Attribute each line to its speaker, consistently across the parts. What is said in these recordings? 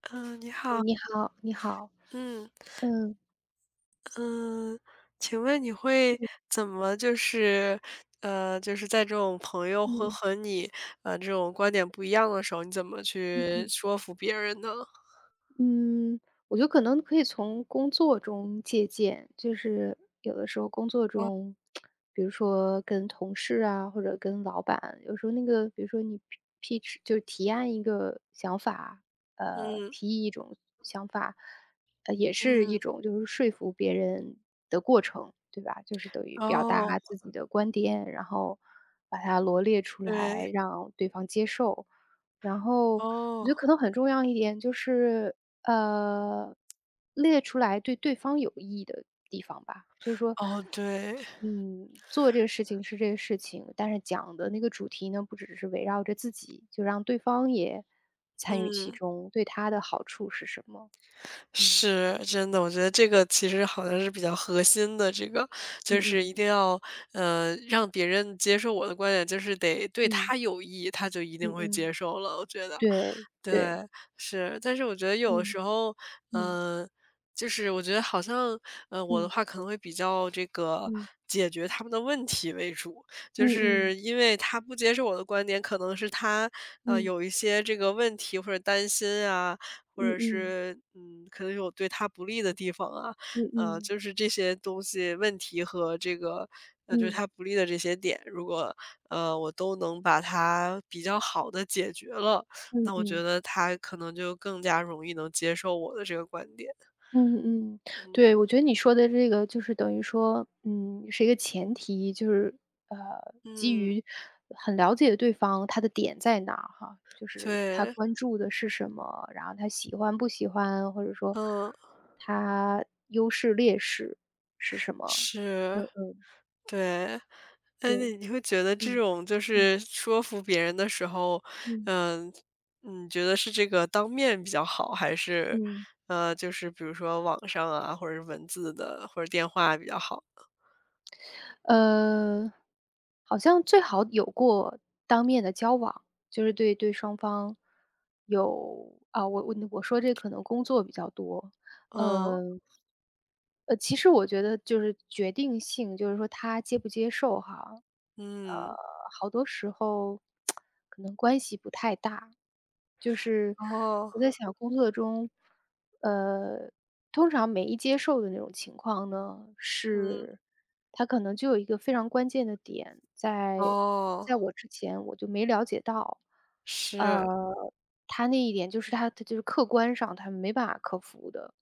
Speaker 1: 嗯，你好，
Speaker 2: 你好，你好。
Speaker 1: 嗯
Speaker 2: 嗯
Speaker 1: 嗯，请问你会怎么就是，就是在这种朋友会
Speaker 2: 嗯
Speaker 1: 和你这种观点不一样的时候，你怎么
Speaker 2: 嗯
Speaker 1: 去
Speaker 2: 嗯
Speaker 1: 说服别人呢？
Speaker 2: 嗯，我觉得可能可以从工作中借鉴，就是有的时候工作中，比如说跟同事啊，或者跟老板，有时候那个，比如说你 pitch 就是提案一个想法，
Speaker 1: 嗯
Speaker 2: 提议一种想法，也是
Speaker 1: 嗯，
Speaker 2: 一种就是说服别人的过程，对吧？就是等于表
Speaker 1: 哦，
Speaker 2: 达自己的观点，然后把它罗列出
Speaker 1: 对，
Speaker 2: 来，让对方接受。然后我觉
Speaker 1: 哦
Speaker 2: 得可能很重要一点就是，呃，列出来对对方有益的地方吧，就是说，
Speaker 1: 哦，对，
Speaker 2: 嗯，做这个事情是这个事情，但是讲的那个主题呢，不只是围绕着自己，就让对方也参与其
Speaker 1: 嗯，
Speaker 2: 中，对他的好处是什么？嗯
Speaker 1: 是真的，我觉得这个其实好像是比较核心的，这个
Speaker 2: 嗯
Speaker 1: 就是一
Speaker 2: 嗯
Speaker 1: 定要让别人接受我的观点，就是得对
Speaker 2: 嗯
Speaker 1: 他有益，他就一
Speaker 2: 嗯
Speaker 1: 定会
Speaker 2: 嗯，
Speaker 1: 接受了，我觉得。
Speaker 2: 对
Speaker 1: 对，
Speaker 2: 对，
Speaker 1: 是，但是我觉得有的
Speaker 2: 嗯
Speaker 1: 时候，
Speaker 2: 嗯
Speaker 1: 嗯，就是我觉得好像，我的
Speaker 2: 嗯
Speaker 1: 话可能会比较这个
Speaker 2: 嗯
Speaker 1: 解决他们的问题为主，就
Speaker 2: 嗯嗯
Speaker 1: 是因为他不接受我的观点，可能是他
Speaker 2: 嗯
Speaker 1: 有一些这个问题或者担心啊，或
Speaker 2: 嗯
Speaker 1: 者
Speaker 2: 嗯
Speaker 1: 是可能有对他不利的地方啊，
Speaker 2: 嗯嗯
Speaker 1: 就是这些东西问题和这个。就是
Speaker 2: 嗯
Speaker 1: 他不利的这些点，如果我都能把它比较好的解决了，
Speaker 2: 嗯
Speaker 1: 那我觉
Speaker 2: 嗯。
Speaker 1: 得他可能就更加容易能接受我的这个观点。
Speaker 2: 嗯嗯，
Speaker 1: 嗯，
Speaker 2: 对，我觉得你说的这个就是等于说，嗯，是一个前提，就是呃，基
Speaker 1: 嗯，
Speaker 2: 于很了解对方他的点在哪儿哈，就是他
Speaker 1: 对，
Speaker 2: 关注的是什么，然后他喜欢不喜欢，或者说
Speaker 1: 嗯，
Speaker 2: 他优势劣势是什么？
Speaker 1: 是，
Speaker 2: 嗯嗯，
Speaker 1: 对。那你
Speaker 2: 对，
Speaker 1: 你会觉得这
Speaker 2: 嗯
Speaker 1: 种就是
Speaker 2: 嗯
Speaker 1: 说服别人的时候，
Speaker 2: 嗯
Speaker 1: 嗯，你觉得是这个当面比较好，还是，
Speaker 2: 嗯。
Speaker 1: 就是比如说网上啊，或者是文字的，或者电话比较好？
Speaker 2: 呃，好像最好有过当面的交往，就是对对双方有啊，我说这可能工作比较多，
Speaker 1: 嗯，
Speaker 2: 呃其实我觉得就是决定性，就是说他接不接受哈，呃，
Speaker 1: 嗯，
Speaker 2: 好多时候 可能关系不太大。就是
Speaker 1: 哦，
Speaker 2: 我在想工作中，呃，通常没接受的那种情况呢，
Speaker 1: 嗯，
Speaker 2: 是他可能就有一个非常关键的点，在
Speaker 1: 哦，
Speaker 2: 在我之前我就没了解到，
Speaker 1: 是，
Speaker 2: 呃，他那一点就是他就是客观上他没办法克服的。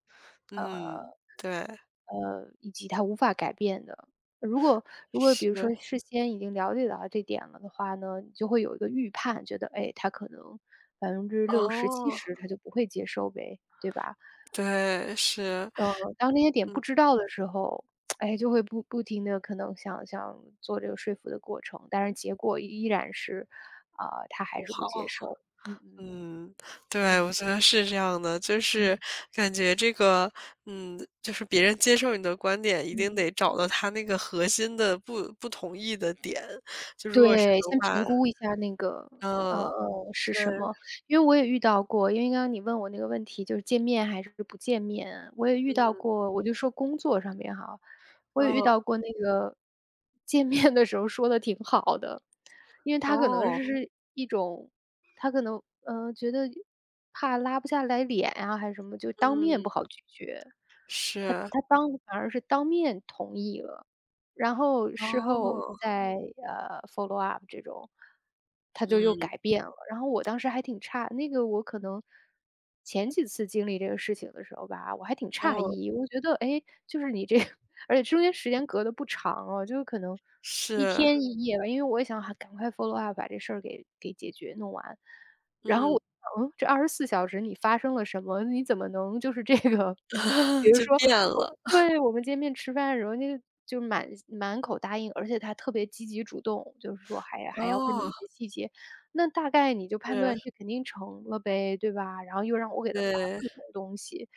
Speaker 1: 嗯，
Speaker 2: 呃。
Speaker 1: 对，
Speaker 2: 以及他无法改变的。如果如果比如
Speaker 1: 是，
Speaker 2: 说事先已经了解到这点了的话呢，你就会有一个预判，觉得哎，他可能百分之六十、七
Speaker 1: 哦。
Speaker 2: 十，他就不会接受呗，对吧？
Speaker 1: 对，是。
Speaker 2: 呃，当这些点不知道的时候，哎，就会不停的可能想想做这个说服的过程，但是结果依然是，啊，他
Speaker 1: 不
Speaker 2: 还是不接
Speaker 1: 好。
Speaker 2: 受。嗯嗯嗯，
Speaker 1: 嗯，对，我觉得是这样的，就
Speaker 2: 嗯。
Speaker 1: 是感觉这个，嗯，就是别人接受你的观点，一
Speaker 2: 嗯。
Speaker 1: 定得找到他那个核心的不同意的点，就如果是
Speaker 2: 对，
Speaker 1: 能
Speaker 2: 先
Speaker 1: 把
Speaker 2: 评估一下那个，
Speaker 1: 嗯，
Speaker 2: 是什么。
Speaker 1: 对，
Speaker 2: 因为我也遇到过，因为刚刚你问我那个问题，就是见面还是不见面，我也遇到
Speaker 1: 嗯，
Speaker 2: 过，我就说工作上面哈，我也遇
Speaker 1: 哦，
Speaker 2: 到过那个见面的时候说的挺好的，因为他可能
Speaker 1: 哦，
Speaker 2: 是一种，他可能，觉得怕拉不下来脸啊，还是什么，就当面不
Speaker 1: 嗯，
Speaker 2: 好拒绝，他
Speaker 1: 是，
Speaker 2: 他当反而是当面同意了。然后事后
Speaker 1: 哦，
Speaker 2: 再，follow up 这种，他就又
Speaker 1: 嗯，
Speaker 2: 改变了。然后我当时还挺诧那个我可能前几次经历这个事情的时候吧，我还挺诧
Speaker 1: 哦，
Speaker 2: 异，我觉得，哎，就是你这 而且中间时间隔的不长哦，就是可能一
Speaker 1: 是，
Speaker 2: 天一夜吧，因为我也想啊赶快 follow up 把这事儿给解决弄完。然后
Speaker 1: 嗯，
Speaker 2: 我想嗯，这二十四小时你发生了什么？你怎么能就是这个 比如
Speaker 1: 就
Speaker 2: 说
Speaker 1: 变
Speaker 2: 我
Speaker 1: 了，
Speaker 2: 对，我们见面吃饭的时候，那个就满满口答应，而且他特别积极主动，就是说还要问你
Speaker 1: 哦，
Speaker 2: 一些细节，那大概你就判
Speaker 1: 是，
Speaker 2: 断这肯定成了呗，对吧？然后又让我给他发
Speaker 1: 对，
Speaker 2: 各种东西，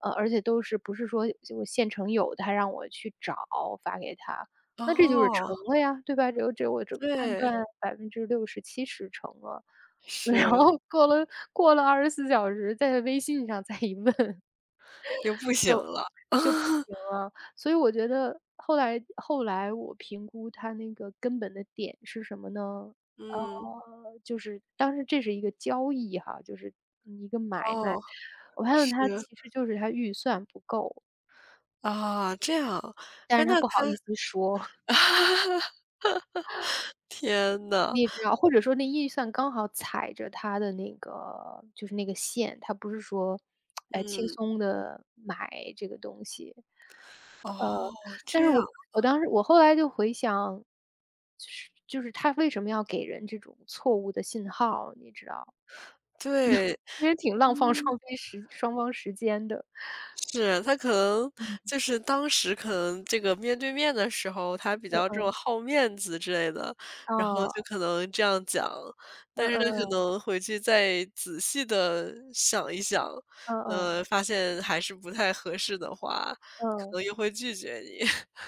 Speaker 2: 而且都是不是说我现成有的，他让我去找发给他，那这就是
Speaker 1: 哦，
Speaker 2: 成了呀，对吧？这这我这判
Speaker 1: 对，
Speaker 2: 断60% 70%成了。然
Speaker 1: 是。
Speaker 2: 后过了24小时，在微信上再一问
Speaker 1: 又不行了。
Speaker 2: 就不行 了。所以我觉得后来我评估它那个根本的点是什么呢？呃，
Speaker 1: 嗯，
Speaker 2: 就是当时这是一个交易哈，就是一个买卖。
Speaker 1: 哦，
Speaker 2: 我发现
Speaker 1: 是，
Speaker 2: 他其实就是他预算不够，
Speaker 1: 啊，这样。
Speaker 2: 但
Speaker 1: 哎，
Speaker 2: 是他
Speaker 1: 那
Speaker 2: 不好
Speaker 1: 他
Speaker 2: 意思说。
Speaker 1: 天呐，
Speaker 2: 你也知道，或者说那预算刚好踩着他的那个就是那个线，他不是说，哎，轻
Speaker 1: 嗯，
Speaker 2: 松的买这个东西。
Speaker 1: 哦，这
Speaker 2: 但是
Speaker 1: 样，
Speaker 2: 我我当时我后来就回想，就是他为什么要给人这种错误的信号，你知道？
Speaker 1: 对，
Speaker 2: 因为挺浪费
Speaker 1: 嗯。
Speaker 2: 双飞时双方时间的。
Speaker 1: 是，他可能
Speaker 2: 嗯。
Speaker 1: 就是当时可能这个面对面的时候，他比
Speaker 2: 嗯
Speaker 1: 较这种
Speaker 2: 嗯，
Speaker 1: 好面子之类的，然后
Speaker 2: 啊，
Speaker 1: 就可能这样讲。
Speaker 2: 嗯
Speaker 1: 但是
Speaker 2: 嗯
Speaker 1: 他可
Speaker 2: 嗯，
Speaker 1: 能回去再仔细的想一想，
Speaker 2: 嗯嗯，
Speaker 1: 发现还是不太合适的话，可
Speaker 2: 嗯。
Speaker 1: 能又会拒绝你。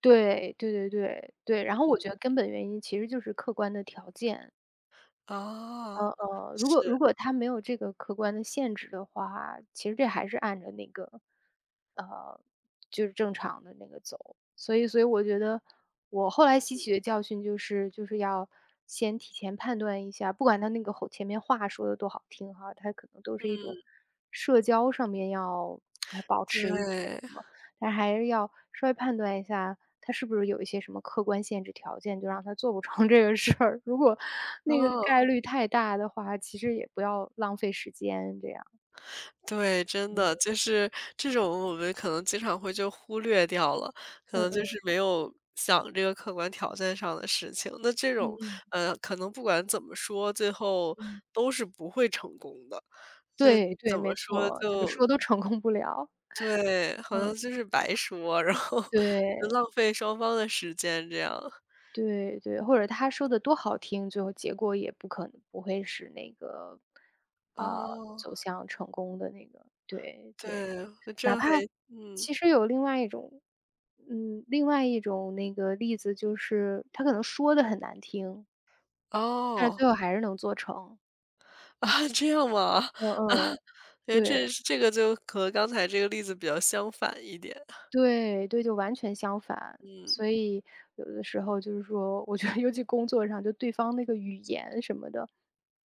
Speaker 2: 对，对对对，对，然后我觉得根本原因其实就是客观的条件。
Speaker 1: 哦，
Speaker 2: 如果
Speaker 1: 是，
Speaker 2: 如果它没有这个客观的限制的话，其实这还是按着那个，呃，就是正常的那个走。所以所以我觉得我后来吸取的教训就是，就是要先提前判断一下，不管他那个后前面话说的多好听哈，他可能都是一种
Speaker 1: 嗯，
Speaker 2: 社交上面要，哎，保持一个那
Speaker 1: 对，
Speaker 2: 什么但还是要稍微判断一下，他是不是有一些什么客观限制条件，就让他做不成 这个事儿。如果那个
Speaker 1: 哦。
Speaker 2: 概率太大的话，其实也不要浪费时间这样。
Speaker 1: 对，真的，就是这种我们可能经常会就忽略掉了，可
Speaker 2: 嗯
Speaker 1: 能就
Speaker 2: 嗯，
Speaker 1: 是没有想这个客观条件上的事情。那这
Speaker 2: 嗯
Speaker 1: 种，
Speaker 2: 嗯
Speaker 1: 可能不管怎么说，最后
Speaker 2: 嗯，
Speaker 1: 都是不会成功的。就是
Speaker 2: 对对，
Speaker 1: 怎么
Speaker 2: 没
Speaker 1: 说
Speaker 2: 错，怎么
Speaker 1: 就
Speaker 2: 说都成功不了。
Speaker 1: 对，好像
Speaker 2: 嗯，
Speaker 1: 就是白说，然后就
Speaker 2: 对
Speaker 1: 浪费双方的时间这样。
Speaker 2: 对对，或者他说的多好听，最后结果也不可能不会是那个，呃，
Speaker 1: 哦，
Speaker 2: 走向成功的那个，对对。
Speaker 1: 对，这
Speaker 2: 哪
Speaker 1: 样
Speaker 2: 怕
Speaker 1: 还嗯，
Speaker 2: 其实有另外一种嗯，另外一种那个例子就是他可能说的很难听，但是
Speaker 1: 哦。
Speaker 2: 最后还是能做成。
Speaker 1: 啊，这样吗？
Speaker 2: 嗯
Speaker 1: 啊，
Speaker 2: 嗯，
Speaker 1: 因为
Speaker 2: 对，
Speaker 1: 这个就和刚才这个例子比较相反一点。
Speaker 2: 对，对，就完全相反。
Speaker 1: 嗯，
Speaker 2: 所以有的时候就是说，我觉得尤其工作上，就对方那个语言什么的，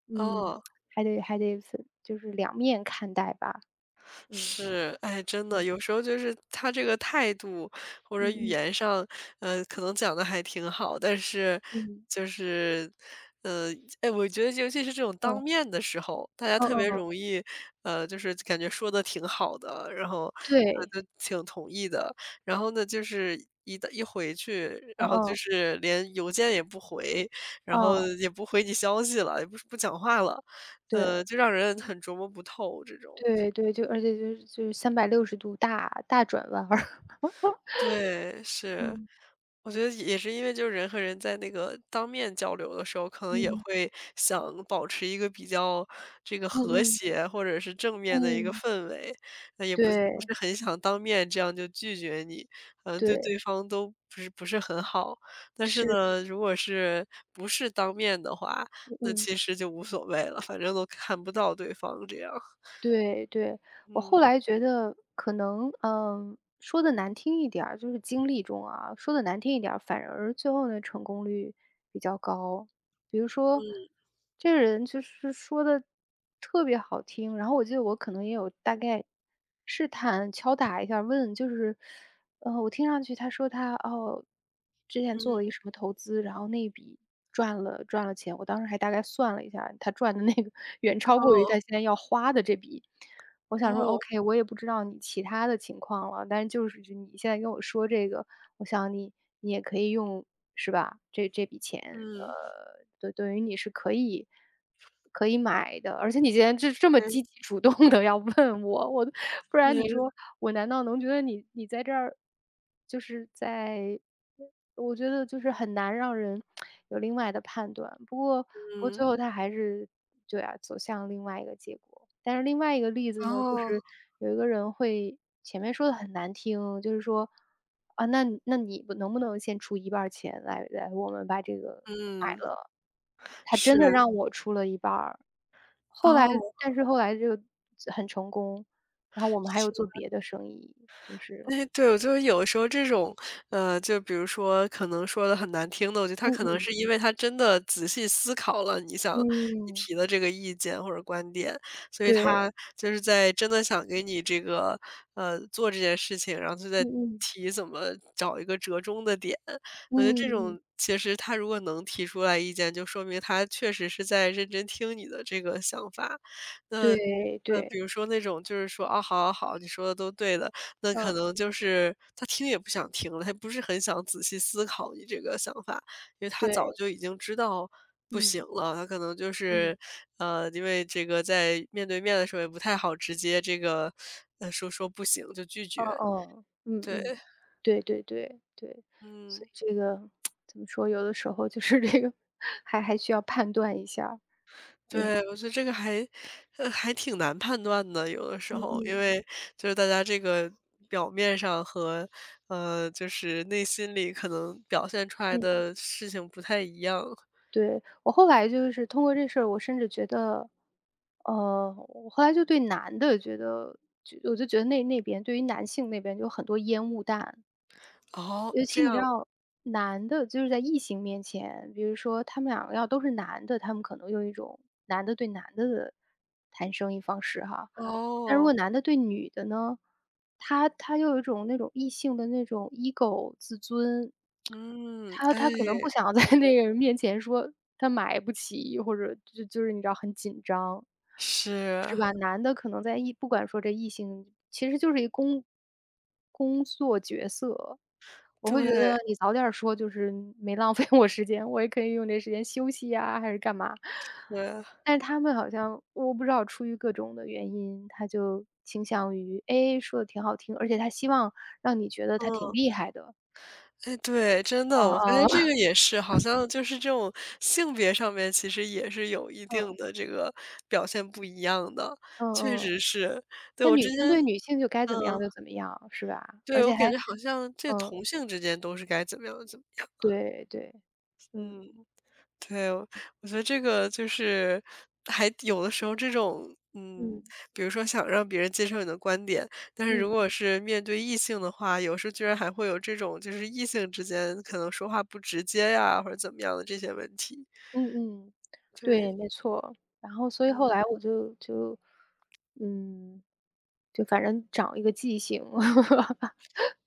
Speaker 2: 嗯，
Speaker 1: 哦。
Speaker 2: 还得分就是两面看待吧。嗯，
Speaker 1: 是，哎，真的，
Speaker 2: 嗯，
Speaker 1: 有时候就是他这个态度或者语
Speaker 2: 嗯嗯
Speaker 1: 言上，可能讲的还挺好，但是
Speaker 2: 嗯，
Speaker 1: 就是，呃，哎，我觉得尤其是这种当
Speaker 2: 嗯，
Speaker 1: 面的时候，大家
Speaker 2: 嗯
Speaker 1: 特别
Speaker 2: 嗯，
Speaker 1: 容易，就是感觉说的挺好的，然后，
Speaker 2: 对，
Speaker 1: 就挺同意的，然后呢，就是一回去，
Speaker 2: 嗯
Speaker 1: 然后就
Speaker 2: 嗯，
Speaker 1: 是连邮件也不回，然后
Speaker 2: 嗯，
Speaker 1: 也不回你消息了，也不是不讲话了，
Speaker 2: 对。
Speaker 1: 就让人很琢磨不透这种。
Speaker 2: 对对，而且就是360度大大转弯儿。
Speaker 1: 对，是。
Speaker 2: 嗯，
Speaker 1: 我觉得也是因为就是人和人在那个当面交流的时候，可能也
Speaker 2: 嗯，
Speaker 1: 会想保持一个比较这个
Speaker 2: 嗯
Speaker 1: 和
Speaker 2: 嗯，
Speaker 1: 谐或者是正面的一个
Speaker 2: 嗯，
Speaker 1: 氛围，那也不
Speaker 2: 对，
Speaker 1: 是很想当面这样就拒绝你，好像对
Speaker 2: 对，
Speaker 1: 对方都不是很好。但是
Speaker 2: 是，
Speaker 1: 呢，如果不是当面的话，那
Speaker 2: 嗯，嗯
Speaker 1: 其实就无所谓了，反正都看不到对方这样。
Speaker 2: 对对。我后
Speaker 1: 嗯
Speaker 2: 来觉得可能，嗯说的难听一点儿，就是经历中啊，说的难听一点儿，反而最后呢成功率比较高。比如说，
Speaker 1: 嗯
Speaker 2: 这人就是说的特别好听，然后我记得我可能也有大概试探敲打一下儿问，就是我听上去他说他，哦，之前做了一
Speaker 1: 嗯，
Speaker 2: 个什么投资，然后那一笔赚了钱，我当时还大概算了一下，他赚的那个 远超过于他
Speaker 1: 哦
Speaker 2: 现在要花的这笔。我想说
Speaker 1: 哦，
Speaker 2: ，OK，我也不知道你其他的情况了，但是就是就你现在跟我说这个，我想你你也可以用，是吧？这这笔钱，
Speaker 1: 嗯，
Speaker 2: 对，对于你是可以买的，而且你今天这这么积
Speaker 1: 嗯
Speaker 2: 极主动的要问我，我不然你
Speaker 1: 是
Speaker 2: 说我难道能觉得你你在这儿就是在我觉得就是很难让人有另外的判断。不过不过最
Speaker 1: 嗯。
Speaker 2: 后他还是对啊，走向另外一个结果。但是另外一个例子呢，就
Speaker 1: 哦，
Speaker 2: 是有一个人会前面说的很难听，就是说：“啊，那你那你不能不能先出一半儿钱来我们把这个买
Speaker 1: 嗯，
Speaker 2: 了？”他真的
Speaker 1: 是，
Speaker 2: 让我出了一半儿。后来
Speaker 1: 哦。
Speaker 2: 但是后来这个很成功，然后我们还有做别的生意，就是
Speaker 1: 哎，对，我就是有的时候这种，就比如说可能说的很难听的，我觉得他
Speaker 2: 嗯
Speaker 1: 可能
Speaker 2: 嗯，
Speaker 1: 是因为他真的仔细思考了你
Speaker 2: 嗯，
Speaker 1: 提的这个意见或者观点，所以
Speaker 2: 对，
Speaker 1: 他就是在真的想给你这个，做这件事情，然后就在
Speaker 2: 嗯嗯。
Speaker 1: 提怎么找一个折中的点。
Speaker 2: 嗯
Speaker 1: 我觉得这
Speaker 2: 嗯，
Speaker 1: 种其实他如果能提出来意见，就说明他确实是在认真听你的这个想法。那，
Speaker 2: 对
Speaker 1: 比
Speaker 2: 对，
Speaker 1: 如说那种就是说，啊，好好好，你说的都对的，那可
Speaker 2: 嗯，
Speaker 1: 能就是他听也不想听了，他不是很想仔细思考你这个想法，因为他早
Speaker 2: 对，
Speaker 1: 就已经知道不
Speaker 2: 嗯，
Speaker 1: 行了。他可能就
Speaker 2: 嗯，嗯嗯，
Speaker 1: 是，因为这个在面对面的时候也不太好直接这个，说不行就拒
Speaker 2: 哦
Speaker 1: 绝。
Speaker 2: 哦，嗯
Speaker 1: 对，
Speaker 2: 嗯，对对对对，所
Speaker 1: 嗯，
Speaker 2: 以这个 怎么说，有的时候就是这个 还需要判断一下儿嗯
Speaker 1: 对，我觉得这个还，还挺难判断的，有的时
Speaker 2: 嗯
Speaker 1: 候，因
Speaker 2: 嗯
Speaker 1: 为就是大家这个表面上和，就是内心里可能表现出来
Speaker 2: 嗯，
Speaker 1: 的事情不太一样。
Speaker 2: 对，我后来就是通过这事儿，我甚至觉得，我后来就对男的觉得，就我就觉得那边对于男性那边就很多烟雾弹。
Speaker 1: 哦，
Speaker 2: 尤
Speaker 1: 这
Speaker 2: 其你
Speaker 1: 样
Speaker 2: 知
Speaker 1: 吗？
Speaker 2: 道，男的就是在异性面前，比如说他们两个要都是男的，他们可能用一种男的对男的的谈生意方式哈。但如
Speaker 1: 哦，
Speaker 2: 果男的对女的呢，他又有一种那种异性的那种 ego 自尊，
Speaker 1: 嗯，
Speaker 2: 他
Speaker 1: 哎，
Speaker 2: 他可能不想在那个人面前说他买不起，或者就是你知道很紧张，
Speaker 1: 是，
Speaker 2: 是吧？男的可能在异不管说这异性，其实就是一公工作角色，我会觉
Speaker 1: 对，
Speaker 2: 得你早点儿说就是没浪费我时间，我也可以用这时间休息呀，还是干嘛。
Speaker 1: 对，
Speaker 2: 但是他们好像我不知道出于各种的原因，他就倾向于，哎，说的挺好听，而且他希望让你觉得他挺
Speaker 1: 嗯，
Speaker 2: 厉害的。
Speaker 1: 哎，对，真的，
Speaker 2: 嗯
Speaker 1: 我发现
Speaker 2: 嗯
Speaker 1: 这个 也是，好像就是这种性别上面其实也是有一
Speaker 2: 嗯，
Speaker 1: 定的这个表现不一样的，
Speaker 2: 嗯
Speaker 1: 确
Speaker 2: 嗯，
Speaker 1: 实是。对，
Speaker 2: 但
Speaker 1: 我之
Speaker 2: 女性
Speaker 1: 前
Speaker 2: 对女性就该
Speaker 1: 嗯，
Speaker 2: 怎么样就怎么样，是吧？而
Speaker 1: 对，我
Speaker 2: 且
Speaker 1: 感
Speaker 2: 还
Speaker 1: 觉好像这
Speaker 2: 嗯，
Speaker 1: 同性之间都是该怎么样怎么样，
Speaker 2: 对对，嗯，
Speaker 1: 嗯。对，我觉得这个就是还有的时候这种，嗯，
Speaker 2: 嗯，
Speaker 1: 比如说想让别人接受你的观点，但是如
Speaker 2: 嗯。
Speaker 1: 果是面对异性的话，有时候居然还会有这种，就是异性之间可能说话不直接呀，或者怎么样的这些问题。
Speaker 2: 嗯嗯，对，
Speaker 1: 对，
Speaker 2: 没错。然后所以后
Speaker 1: 嗯，
Speaker 2: 来我就就，嗯，就反正长一个记性。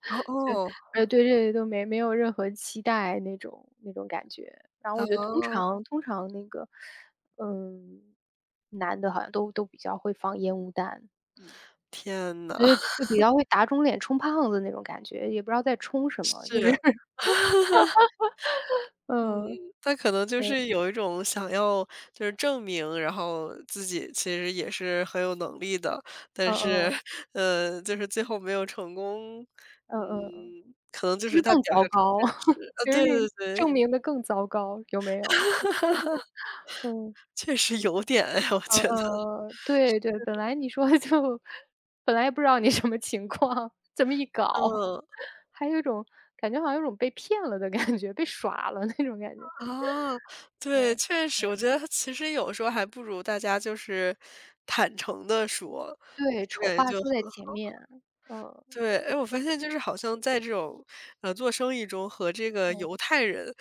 Speaker 1: 哦
Speaker 2: 对这些都没有任何期待那种那种感觉。然后
Speaker 1: 哦，
Speaker 2: 我觉得通
Speaker 1: 哦，
Speaker 2: 常通常那个，嗯，男的好像都比较会放烟雾弹，
Speaker 1: 天呐，
Speaker 2: 就是 就比较会打肿脸充胖子那种感觉，也不知道在充什么，就是
Speaker 1: 是。嗯，
Speaker 2: 嗯，
Speaker 1: 他可能就
Speaker 2: 对，
Speaker 1: 是有一种想要就是证明，然后自己其实也是很有能力的，但
Speaker 2: 嗯
Speaker 1: 是，
Speaker 2: 嗯，
Speaker 1: 就是最后没有成功，
Speaker 2: 嗯
Speaker 1: 嗯，
Speaker 2: 嗯嗯。
Speaker 1: 可能就
Speaker 2: 其实
Speaker 1: 是他
Speaker 2: 更
Speaker 1: 表现
Speaker 2: 糟
Speaker 1: 出
Speaker 2: 糕，
Speaker 1: 真 实啊，
Speaker 2: 其实
Speaker 1: 对
Speaker 2: 那
Speaker 1: 对对，
Speaker 2: 证明的更糟糕，有没有？嗯，
Speaker 1: 确实有点哎我觉得，
Speaker 2: 对对，本来你说就本来也不知道你什么情况，这么一搞，
Speaker 1: 嗯。
Speaker 2: 还有一种感觉好像有种被骗了的感觉，被耍了那种感觉。
Speaker 1: 啊，对，
Speaker 2: 嗯，
Speaker 1: 确实，
Speaker 2: 嗯
Speaker 1: 我觉得其实有时候还不如大家就是坦诚的说，我
Speaker 2: 对，丑
Speaker 1: 感觉
Speaker 2: 话
Speaker 1: 就
Speaker 2: 说在
Speaker 1: 很
Speaker 2: 前面，嗯，
Speaker 1: 对，哎，我发现就是好像在这种，做生意中和这个
Speaker 2: 嗯，
Speaker 1: 犹太人，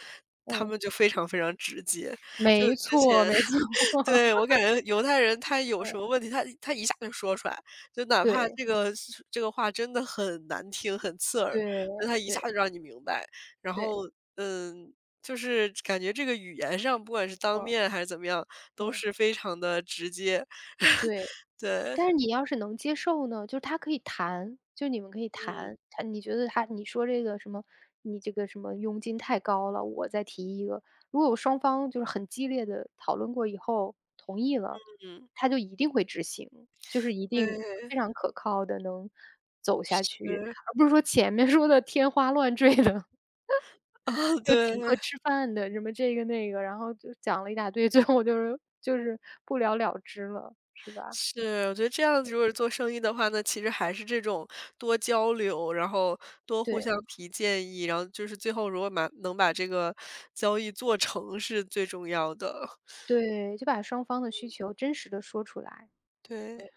Speaker 1: 他
Speaker 2: 嗯，
Speaker 1: 们就非常非常直接。就
Speaker 2: 没
Speaker 1: 之前
Speaker 2: 错没错，
Speaker 1: 对，我感觉犹太人他有
Speaker 2: 嗯，
Speaker 1: 什么问题，他一下就说出来，就哪怕
Speaker 2: 对
Speaker 1: 这个话真的很难听、很刺耳，
Speaker 2: 对
Speaker 1: 那他一下
Speaker 2: 对
Speaker 1: 就让你明白。然
Speaker 2: 对，
Speaker 1: 后，嗯，就是感觉这个语言上，不管是当
Speaker 2: 嗯，
Speaker 1: 面还是怎么样，都
Speaker 2: 嗯，
Speaker 1: 是非常的直接。
Speaker 2: 对。
Speaker 1: 对，
Speaker 2: 但是你要是能接受呢，就是他可以谈，就你们可以
Speaker 1: 嗯
Speaker 2: 谈，他你觉得他你说这个什么，你这个什么佣金太高了，我再提一个。如果双方就是很激烈的讨论过以后同意了，
Speaker 1: 嗯，
Speaker 2: 他就一定会执行，就是一
Speaker 1: 对，
Speaker 2: 定
Speaker 1: 对
Speaker 2: 非常可靠的能走下去，而不是说前面说的天花乱坠的，
Speaker 1: 啊，
Speaker 2: 就请
Speaker 1: 对。
Speaker 2: 客吃饭的，什么这个那个，然后就讲了一大堆，最后就是不了了之了，是吧？
Speaker 1: 是，我觉得这样子如果是做生意的话，那其实还是这种多交流，然后多互
Speaker 2: 对。
Speaker 1: 相提建议，然后就是最后如果能把这个交易做成是最重要的，
Speaker 2: 对，就把双方的需求真实的说出来。
Speaker 1: 对。